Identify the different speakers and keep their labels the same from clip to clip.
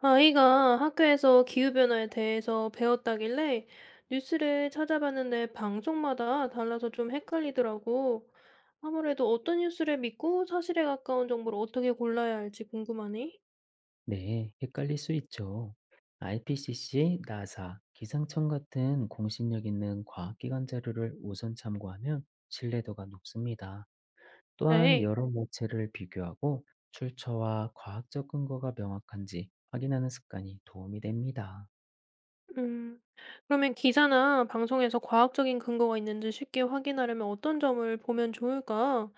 Speaker 1: 아이가 학교에서 기후변화에 대해서 배웠다길래 뉴스를 찾아봤는데 방송마다 달라서 좀 헷갈리더라고. 아무래도 어떤 뉴스를 믿고 사실에 가까운 정보를 어떻게 골라야 할지 궁금하네.
Speaker 2: 네, 헷갈릴 수 있죠. IPCC, 나사, 기상청 같은 공신력 있는 과학기관 자료를 우선 참고하면 신뢰도가 높습니다. 또한
Speaker 1: 네.
Speaker 2: 여러 매체를 비교하고 출처와 과학적 근거가 명확한지 확인하는 습관이 도움이 됩니다.
Speaker 1: 음, 그러면 기사나 방송에서 과학적인 근거가 있는지 쉽게 확인하려면 어떤 점을 보면 좋을까?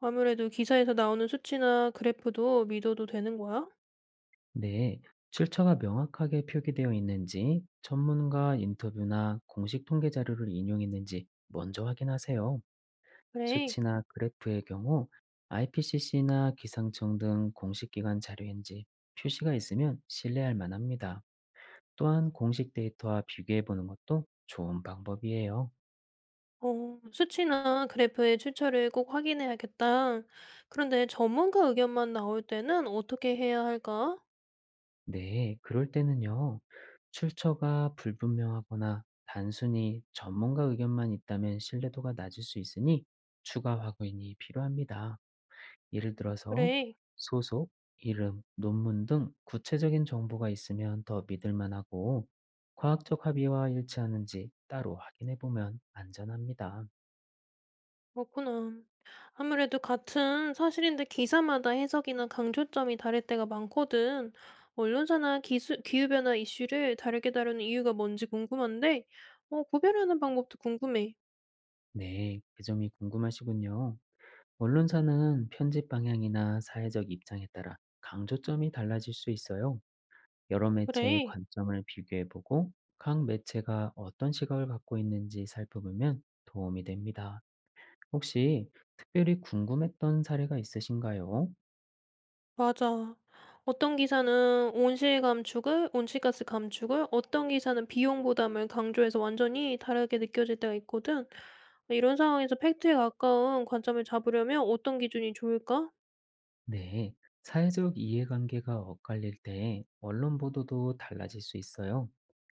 Speaker 1: 아무래도 기사에서 나오는 수치나 그래프도 믿어도 되는 거야?
Speaker 2: 네, 출처가 명확하게 표기되어 있는지, 전문가 인터뷰나 공식 통계 자료를 인용했는지 먼저 확인하세요.
Speaker 1: 그래.
Speaker 2: 수치나 그래프의 경우 IPCC나 기상청 등 공식 기관 자료인지 표시가 있으면 신뢰할 만합니다. 또한 공식 데이터와 비교해 보는 것도 좋은 방법이에요.
Speaker 1: 수치나 그래프의 출처를 꼭 확인해야겠다. 그런데 전문가 의견만 나올 때는 어떻게 해야 할까?
Speaker 2: 네, 그럴 때는요. 출처가 불분명하거나 단순히 전문가 의견만 있다면 신뢰도가 낮을 수 있으니 추가 확인이 필요합니다. 예를 들어서
Speaker 1: 그래,
Speaker 2: 소속, 이름, 논문 등 구체적인 정보가 있으면 더 믿을 만하고 과학적 합의와 일치하는지 따로 확인해 보면 안전합니다.
Speaker 1: 그렇구나. 아무래도 같은 사실인데 기사마다 해석이나 강조점이 다를 때가 많거든. 언론사나 기수, 기후변화 이슈를 다르게 다루는 이유가 뭔지 궁금한데, 구별하는 방법도 궁금해.
Speaker 2: 네, 그 점이 궁금하시군요. 언론사는 편집 방향이나 사회적 입장에 따라 강조점이 달라질 수 있어요. 여러 매체의
Speaker 1: 그래.
Speaker 2: 관점을 비교해 보고 각 매체가 어떤 시각을 갖고 있는지 살펴보면 도움이 됩니다. 혹시 특별히 궁금했던 사례가 있으신가요?
Speaker 1: 맞아. 어떤 기사는 온실 감축을, 온실가스 감축을, 어떤 기사는 비용 부담을 강조해서 완전히 다르게 느껴질 때가 있거든. 이런 상황에서 팩트에 가까운 관점을 잡으려면 어떤 기준이 좋을까?
Speaker 2: 네, 사회적 이해관계가 엇갈릴 때 언론 보도도 달라질 수 있어요.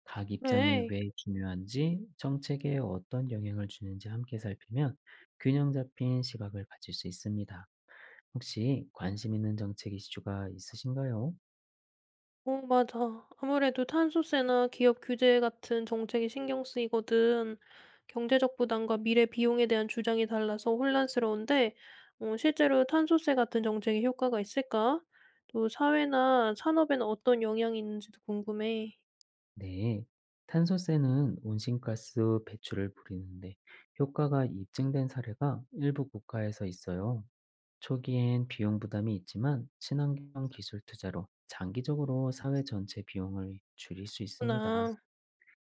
Speaker 2: 각 입장이
Speaker 1: 그래.
Speaker 2: 왜 중요한지, 정책에 어떤 영향을 주는지 함께 살피면 균형 잡힌 시각을 가질 수 있습니다. 혹시 관심 있는 정책 이슈가 있으신가요?
Speaker 1: 어 맞아. 아무래도 탄소세나 기업 규제 같은 정책이 신경 쓰이거든. 경제적 부담과 미래 비용에 대한 주장이 달라서 혼란스러운데, 실제로 탄소세 같은 정책에 효과가 있을까? 또 사회나 산업에는 어떤 영향이 있는지도 궁금해.
Speaker 2: 네, 탄소세는 온실가스 배출을 부리는데 효과가 입증된 사례가 일부 국가에서 있어요. 초기엔 비용 부담이 있지만 친환경 기술 투자로 장기적으로 사회 전체 비용을 줄일 수 있습니다.
Speaker 1: 구나.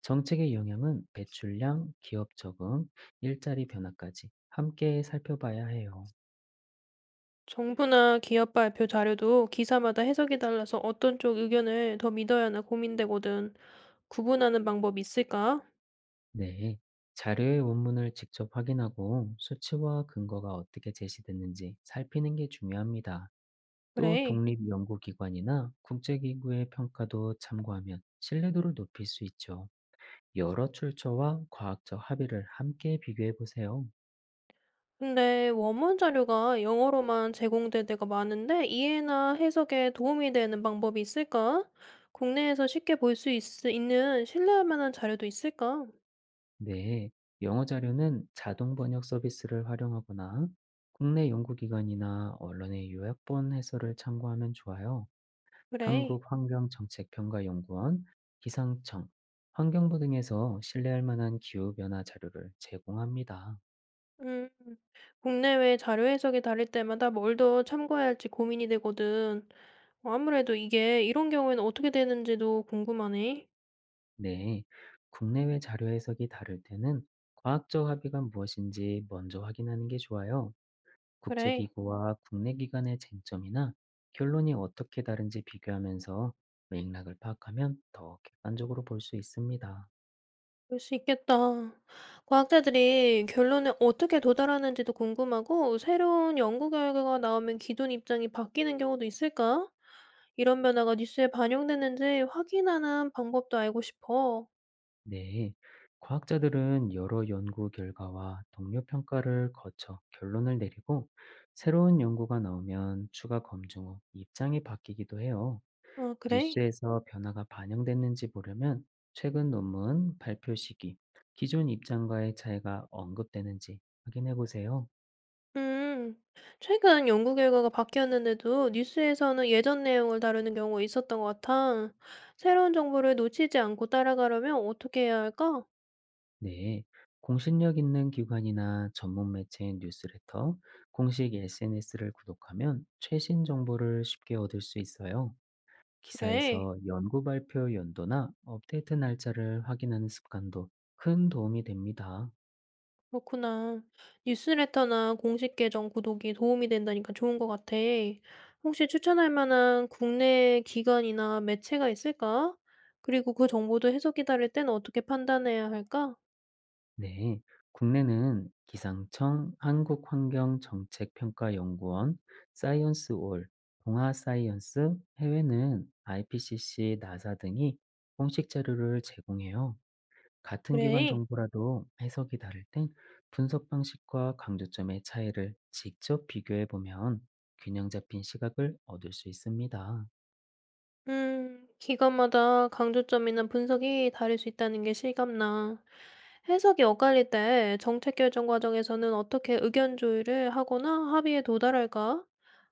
Speaker 2: 정책의 영향은 배출량, 기업 적응, 일자리 변화까지 함께 살펴봐야 해요.
Speaker 1: 정부나 기업 발표 자료도 기사마다 해석이 달라서 어떤 쪽 의견을 더 믿어야 하나 고민되거든. 구분하는 방법이 있을까?
Speaker 2: 네. 자료의 원문을 직접 확인하고 수치와 근거가 어떻게 제시됐는지 살피는 게 중요합니다. 또
Speaker 1: 그래.
Speaker 2: 독립연구기관이나 국제기구의 평가도 참고하면 신뢰도를 높일 수 있죠. 여러 출처와 과학적 합의를 함께 비교해 보세요.
Speaker 1: 근데 원문 자료가 영어로만 제공될 때가 많은데 이해나 해석에 도움이 되는 방법이 있을까? 국내에서 쉽게 볼 수 있는 신뢰할 만한 자료도 있을까?
Speaker 2: 네, 영어 자료는 자동 번역 서비스를 활용하거나 국내 연구기관이나 언론의 요약본 해설을 참고하면 좋아요.
Speaker 1: 그래.
Speaker 2: 한국환경정책평가연구원, 기상청, 환경부 등에서 신뢰할 만한 기후변화 자료를 제공합니다.
Speaker 1: 음, 국내외 자료 해석이 다를 때마다 뭘 더 참고해야 할지 고민이 되거든. 아무래도 이게 이런 경우에는 어떻게 되는지도 궁금하네.
Speaker 2: 네, 국내외 자료 해석이 다를 때는 과학적 합의가 무엇인지 먼저 확인하는 게 좋아요.
Speaker 1: 그래.
Speaker 2: 국제기구와 국내 기관의 쟁점이나 결론이 어떻게 다른지 비교하면서 맥락을 파악하면 더 객관적으로 볼 수 있습니다.
Speaker 1: 그럴 수 있겠다. 과학자들이 결론에 어떻게 도달하는지도 궁금하고, 새로운 연구 결과가 나오면 기존 입장이 바뀌는 경우도 있을까? 이런 변화가 뉴스에 반영되는지 확인하는 방법도 알고 싶어.
Speaker 2: 네. 과학자들은 여러 연구 결과와 동료 평가를 거쳐 결론을 내리고 새로운 연구가 나오면 추가 검증 후 입장이 바뀌기도 해요.
Speaker 1: 아, 그래?
Speaker 2: 뉴스에서 변화가 반영됐는지 보려면 최근 논문 발표 시기, 기존 입장과의 차이가 언급되는지 확인해 보세요.
Speaker 1: 음, 최근 연구 결과가 바뀌었는데도 뉴스에서는 예전 내용을 다루는 경우가 있었던 것 같아. 새로운 정보를 놓치지 않고 따라가려면 어떻게 해야 할까?
Speaker 2: 네, 공신력 있는 기관이나 전문 매체인 뉴스레터, 공식 SNS를 구독하면 최신 정보를 쉽게 얻을 수 있어요.
Speaker 1: 그래.
Speaker 2: 기사에서 연구 발표 연도나 업데이트 날짜를 확인하는 습관도 큰 도움이 됩니다.
Speaker 1: 그렇구나. 뉴스레터나 공식 계정 구독이 도움이 된다니까 좋은 것 같아. 혹시 추천할 만한 국내 기관이나 매체가 있을까? 그리고 그 정보도 해석이 다를 땐 어떻게 판단해야 할까?
Speaker 2: 네, 국내는 기상청, 한국환경정책평가연구원, 사이언스올, 동아사이언스, 해외는 IPCC, 나사 등이 공식 자료를 제공해요. 같은 기관
Speaker 1: 그래.
Speaker 2: 정보라도 해석이 다를 땐 분석 방식과 강조점의 차이를 직접 비교해 보면 균형 잡힌 시각을 얻을 수 있습니다.
Speaker 1: 기관마다 강조점이나 분석이 다를 수 있다는 게 실감나. 해석이 엇갈릴 때 정책 결정 과정에서는 어떻게 의견 조율을 하거나 합의에 도달할까?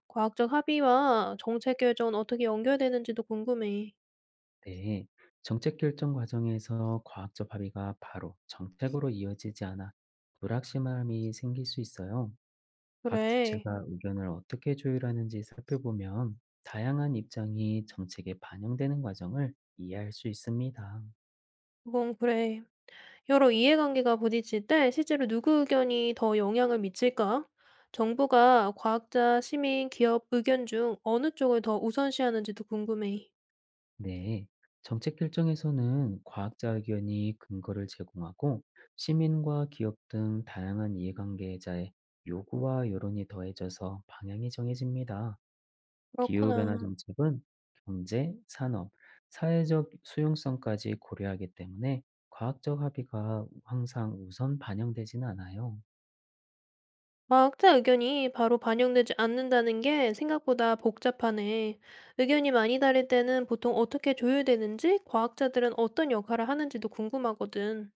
Speaker 1: 과학적 합의와 정책 결정은 어떻게 연결되는지도 궁금해.
Speaker 2: 네. 정책 결정 과정에서 과학적 합의가 바로 정책으로 이어지지 않아 불확실함이 생길 수 있어요. 각
Speaker 1: 그래.
Speaker 2: 주체가 의견을 어떻게 조율하는지 살펴보면 다양한 입장이 정책에 반영되는 과정을 이해할 수 있습니다.
Speaker 1: 그건 그래. 여러 이해관계가 부딪힐 때 실제로 누구 의견이 더 영향을 미칠까? 정부가 과학자, 시민, 기업 의견 중 어느 쪽을 더 우선시하는지도 궁금해.
Speaker 2: 네, 정책 결정에서는 과학자 의견이 근거를 제공하고 시민과 기업 등 다양한 이해관계자의 요구와 여론이 더해져서 방향이 정해집니다. 기후변화
Speaker 1: 그렇구나.
Speaker 2: 정책은 경제, 산업, 사회적 수용성까지 고려하기 때문에 과학적 합의가 항상 우선 반영되지는 않아요.
Speaker 1: 과학자 의견이 바로 반영되지 않는다는 게 생각보다 복잡하네. 의견이 많이 다를 때는 보통 어떻게 조율되는지, 과학자들은 어떤 역할을 하는지도 궁금하거든.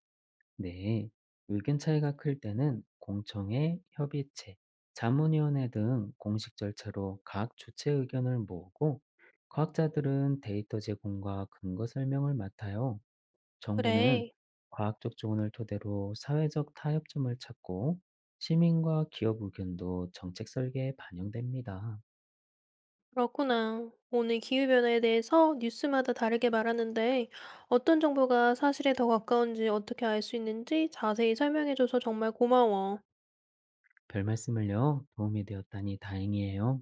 Speaker 2: 네, 의견 차이가 클 때는 공청회, 협의체, 자문위원회 등 공식 절차로 각 주체 의견을 모으고 과학자들은 데이터 제공과 근거 설명을 맡아요. 정부는
Speaker 1: 그래.
Speaker 2: 과학적 조언을 토대로 사회적 타협점을 찾고 시민과 기업 의견도 정책 설계에 반영됩니다.
Speaker 1: 그렇구나. 오늘 기후변화에 대해서 뉴스마다 다르게 말하는데 어떤 정보가 사실에 더 가까운지 어떻게 알 수 있는지 자세히 설명해줘서 정말 고마워.
Speaker 2: 별 말씀을요. 도움이 되었다니 다행이에요.